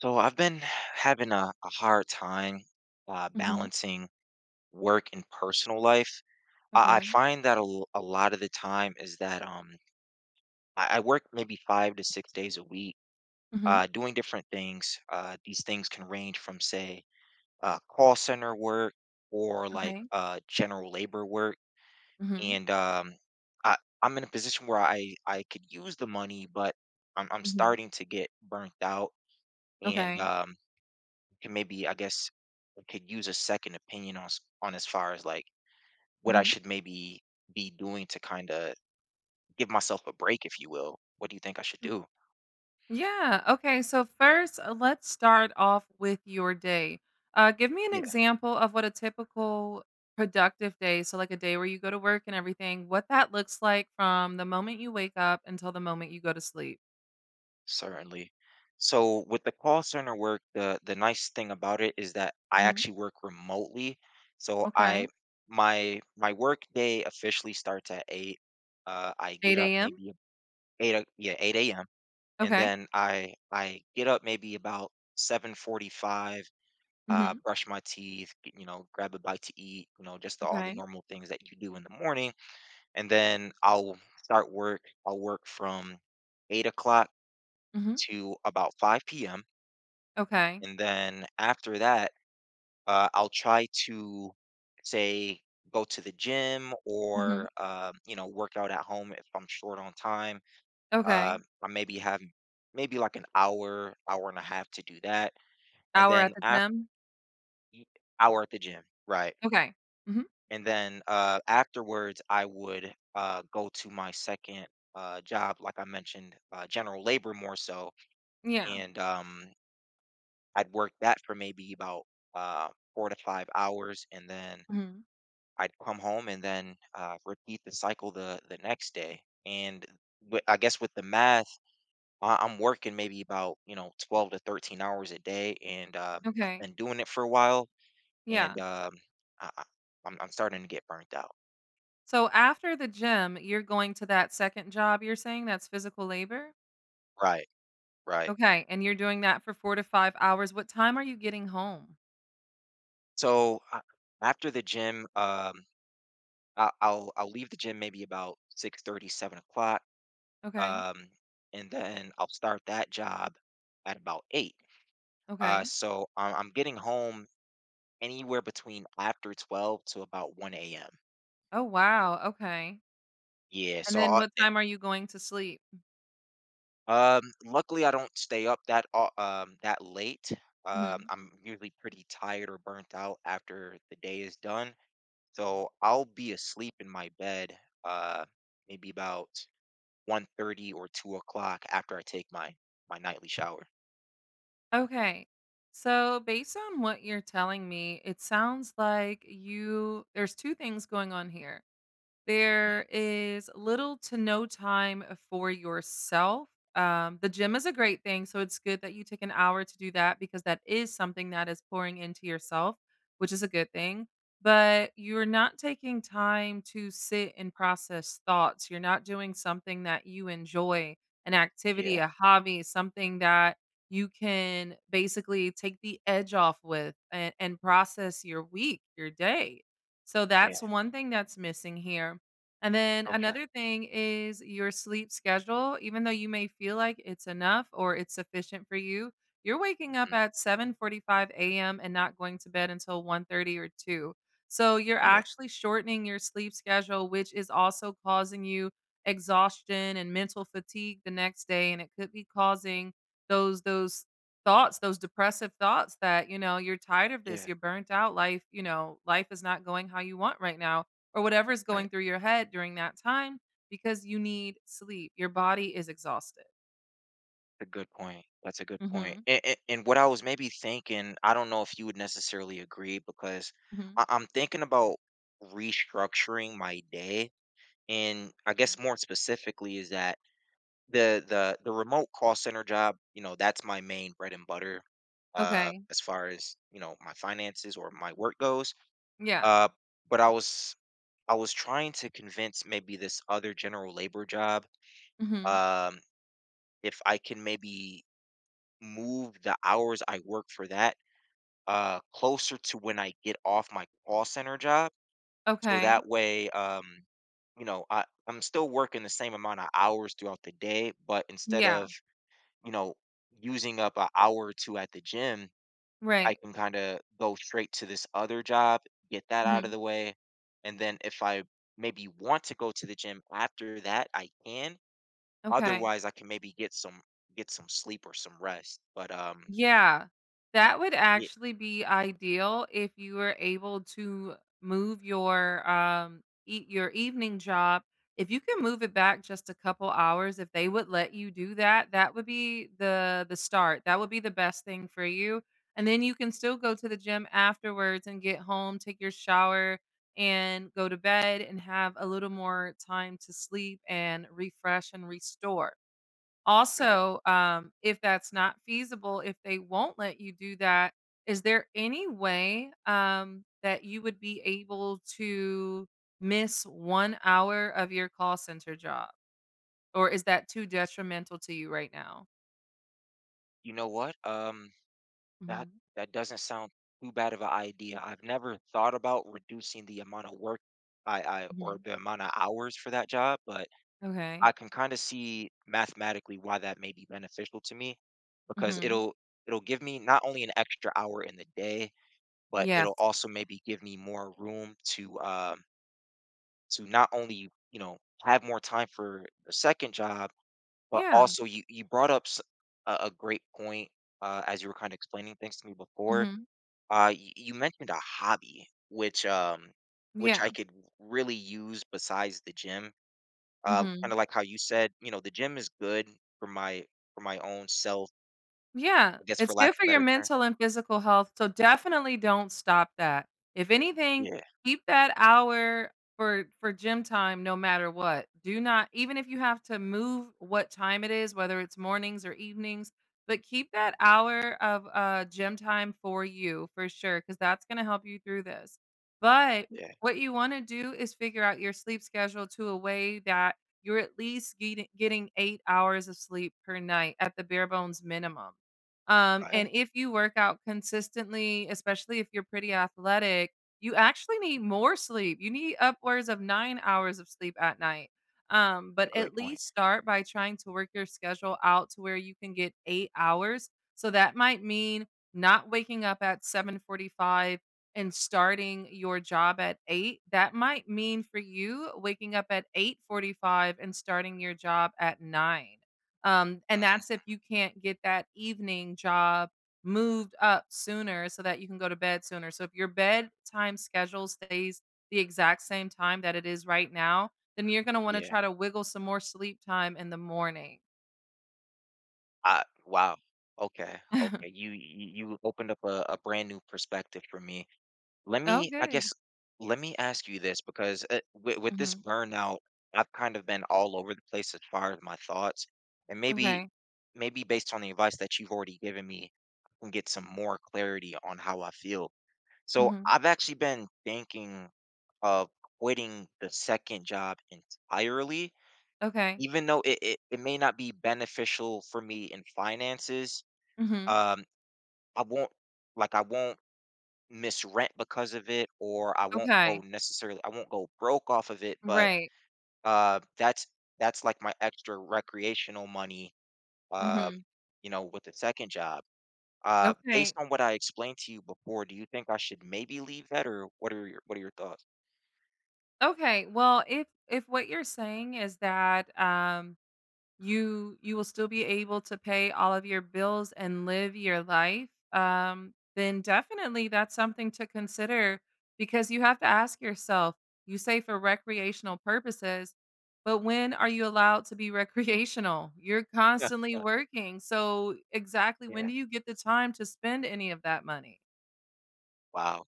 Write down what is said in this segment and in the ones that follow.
So I've been having a hard time, Mhm. balancing work and personal life. I Okay. find that a lot of the time is that I work maybe 5 to 6 days a week, Mhm. Doing different things. These things can range from, say, call center work, or like Okay. General labor work. Mhm. And um, I'm in a position where I could use the money, but I'm Mhm. starting to get burnt out. And Okay. Can, maybe, I guess I could use a second opinion on on, as far as, like, what I Mhm. should maybe be doing to kind of give myself a break, if you will. What do you think I should Mm, do? yeah. Okay. So first, let's start off with your day. Give me an Yeah, example of what a typical productive day, so like a day where you go to work and everything, what that looks like from the moment you wake up until the moment you go to sleep. certainly. So with the call center work, the nice thing about it is that I Hmm. actually work remotely. So I Okay. my my work day officially starts at eight. I get up 8 a.m. maybe yeah, 8 a.m. And Okay. then I get up maybe about 7:45, Hmm. brush my teeth, grab a bite to eat, you know, just all the Okay. normal things that you do in the morning. And then I'll start work. I'll work from 8 o'clock Hmm. to about 5 p.m. Okay. And then after that, I'll try to say, go to the gym, Hmm. or you know, work out at home if I'm short on time. Uh, Okay. I maybe have maybe like an hour, hour and a half to do that, and Hour then at the after, gym. hour at the gym, right? Okay. Hmm. And then afterwards, I would, go to my second, job, like I mentioned, general labor more so. Yeah. And I'd work that for maybe about, uh, 4 to 5 hours. And then Hmm. I'd come home and then, repeat the cycle the next day. And I guess with the math, I'm working maybe about, you know, 12 to 13 hours a day. And I've Okay. been doing it for a while. Yeah. And I- I'm starting to get burnt out. So after the gym, you're going to that second job, you're saying that's physical labor? Right, right. Okay, and you're doing that for 4 to 5 hours. What time are you getting home? So, after the gym, I'll leave the gym maybe about 6:30, 7 o'clock, Okay, um, and then I'll start that job at about eight. Uh, okay. so I'm, I'm getting home anywhere between after 12 to about 1 a.m. Oh, wow, okay. Yeah. And then what time are you going to sleep? Luckily I don't stay up that late. Mhm. I'm usually pretty tired or burnt out after the day is done, so I'll be asleep in my bed. Uh, Maybe about 1:30 or 2 o'clock after I take my nightly shower. Okay. So based on what you're telling me, it sounds like you there's 2 things going on here. Mm, There is little to no time for yourself. The gym is a great thing, so it's good that you take an hour to do that because that is something that is pouring into yourself, which is a good thing. But you're not taking time to sit and process thoughts. You're not doing something that you enjoy, an activity, yeah, a hobby, something that you can basically take the edge off with, and process your week, your day, so yeah, that's one thing that's missing here. And then okay, another thing is your sleep schedule. Even though you may feel like it's enough or it's sufficient for you, you're waking up mhm, at 7:45 a.m. and not going to bed until 1:30 or 2. So you're yeah, actually shortening your sleep schedule, which is also causing you exhaustion and mental fatigue the next day, and it could be causing those thoughts, those depressive thoughts that you're tired of this, yeah, you're burnt out, life, you know, life is not going how you want right now, or whatever is right. going through your head during that time because you need sleep. Your body is exhausted. That's a good point, that's a good point. Mhm. And what I was maybe thinking, I don't know if you would necessarily agree, because Mhm. I'm thinking about restructuring my day, and I Mhm. guess more specifically is that the remote call center job, you know, that's my main bread and butter, Okay. as far as, you know, my finances or my work goes, Yeah. uh, but I was trying to convince maybe this other general labor job. Mhm. um, if I can maybe move the hours I work for that, closer to when I get off my call center job. So Okay. that way, you know, I'm still working the same amount of hours throughout the day, but instead Yeah. of, you know, using up an hour or two at the gym, I Right. can kinda go straight to this other job, get that out of Mhm. the way, and then if I maybe want to go to the gym after that, I can. Okay. Otherwise, I can maybe get some sleep or some rest. But, Yeah. That would yeah, actually be ideal if you were able to move your eat your evening job. If you can move it back just a couple hours, if they would let you do that, that would be the start. That would be the best thing for you. And then you can still go to the gym afterwards and get home, take your shower and go to bed and have a little more time to sleep and refresh and restore. right. Also, if that's not feasible, if they won't let you do that, is there any way, that you would be able to miss 1 hour of your call center job, or is that too detrimental to you right now? You know what? That Mhm. that doesn't sound too bad of an idea. I've never thought about reducing the amount of work, I or Mhm. the amount of hours for that job, but Okay. I can kind of see mathematically why that may be beneficial to me because Mhm. it'll give me not only an extra hour in the day, but Yes. it'll also maybe give me more room to, to not only, you know, have more time for the second job, but Yeah. also you brought up a great point, as you were kind of explaining things to me before. Mhm. You mentioned a hobby which I Yeah. could really use besides the gym, kinda Mhm. like how you said, you know, the gym is good for my for my own self, Yeah, I guess, for it's lack good of a for your better term. mental and physical health, so definitely don't stop that. If anything, Yeah, keep that hour for gym time no matter what. Do not, even if you have to move what time it is, whether it's mornings or evenings, but keep that hour of gym time for you for sure, because that's gonna help you through this. But yeah, what you wanna do is figure out your sleep schedule to a way that you're at least getting 8 hours of sleep per night at the bare bones minimum. And right, if you work out consistently, especially if you're pretty athletic, you actually need more sleep. You need upwards of 9 hours of sleep at night. Um, a but great at point. least start by trying to work your schedule out to where you can get 8 hours. So that might mean not waking up at 7:45 and starting your job at 8. That might mean for you waking up at 8:45 and starting your job at 9. And that's if you can't get that evening job moved up sooner so that you can go to bed sooner. So if your bedtime schedule stays the exact same time that it is right now, then you're going to want to Yeah, try to wiggle some more sleep time in the morning. I, wow, okay, okay, you you you opened up a brand new perspective for me. Let Oh, me I good. guess, let me ask you this because, with this Mhm. burnout, I've kind of been all over the place as far as my thoughts, and Okay. maybe, based on the advice that you've already given me, I can get some more clarity on how I feel. So Mhm. I've actually been thinking of quitting the second job entirely, Okay. even though it may not be beneficial for me in finances. Mhm. Um, I won't I won't miss rent because of it, or Okay. I won't go broke off of it, but Right. uh that's that's like my extra recreational money, um, Mhm. you know, with the second job. Based Okay. on what I explained to you before, do you think I should maybe leave that, or what are your thoughts? Okay. Well, if what you're saying is that you will still be able to pay all of your bills and live your life, then definitely that's something to consider because you have to ask yourself, you say for recreational purposes, but when are you allowed to be recreational? You're Yeah, constantly working. So exactly when yeah. do you get the time to spend any of that money? Wow.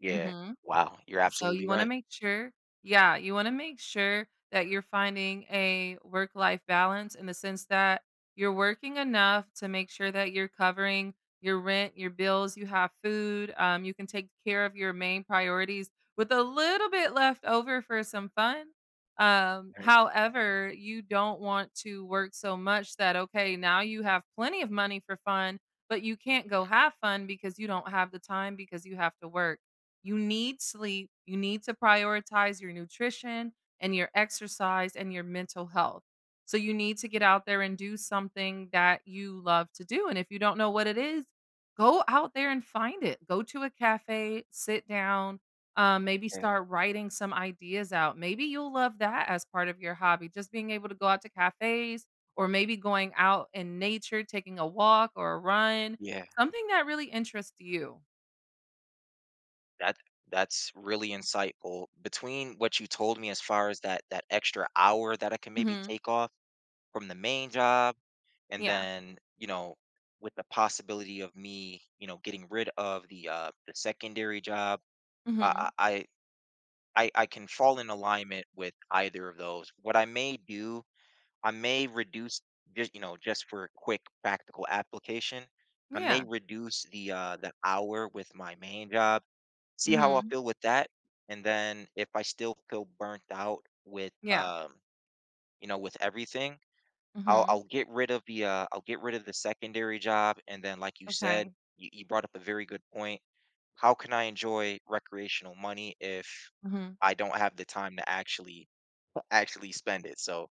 Yeah. Mhm. Wow. You're So absolutely you wanna right. make sure, yeah, you wanna make sure that you're finding a work-life balance in the sense that you're working enough to make sure that you're covering your rent, your bills, you have food, you can take care of your main priorities with a little bit left over for some fun. Um, Right. however, you don't want to work so much that, okay, now you have plenty of money for fun, but you can't go have fun because you don't have the time because you have to work. You need sleep, you need to prioritize your nutrition and your exercise and your mental health. So you need to get out there and do something that you love to do, and if you don't know what it is, go out there and find it. Go to a cafe, sit down, maybe Yeah. start writing some ideas out. Maybe you'll love that as part of your hobby, just being able to go out to cafes or maybe going out in nature, taking a walk or a run, Yeah. something that really interests you. That that's really insightful. Between what you told me, as far as that extra hour that I can maybe Mhm. take off from the main job, and Yeah. then, you know, with the possibility of me, you know, getting rid of the secondary job, I Mhm. I I I can fall in alignment with either of those. What I may do I may reduce, just, you know, just for quick practical application, I may Yeah. reduce the hour with my main job, see how I Mhm. feel with that. And then if I still feel burnt out with Yeah. You know, with everything, Mhm. I'll get rid of the secondary job. And then like you said, Okay. you brought up a very good point. How can I enjoy recreational money if Mhm. I don't have the time to actually spend it? So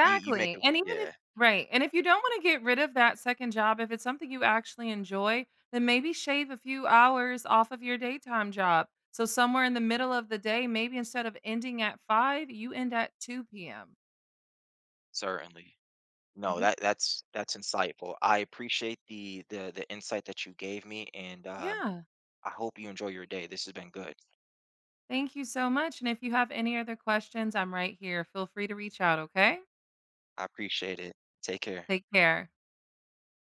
you make a And even if yeah, right, and if you don't wanna get rid of that second job, if it's something you actually enjoy, then maybe shave a few hours off of your daytime job. So somewhere in the middle of the day, maybe instead of ending at 5, you end at 2 PM. certainly. No, Mhm. That's insightful. I appreciate the insight that you gave me, and, Yeah. I hope you enjoy your day. This has been good. Thank you so much, and if you have any other questions, I'm right here. Feel free to reach out, okay? I appreciate it. Take care. Take care.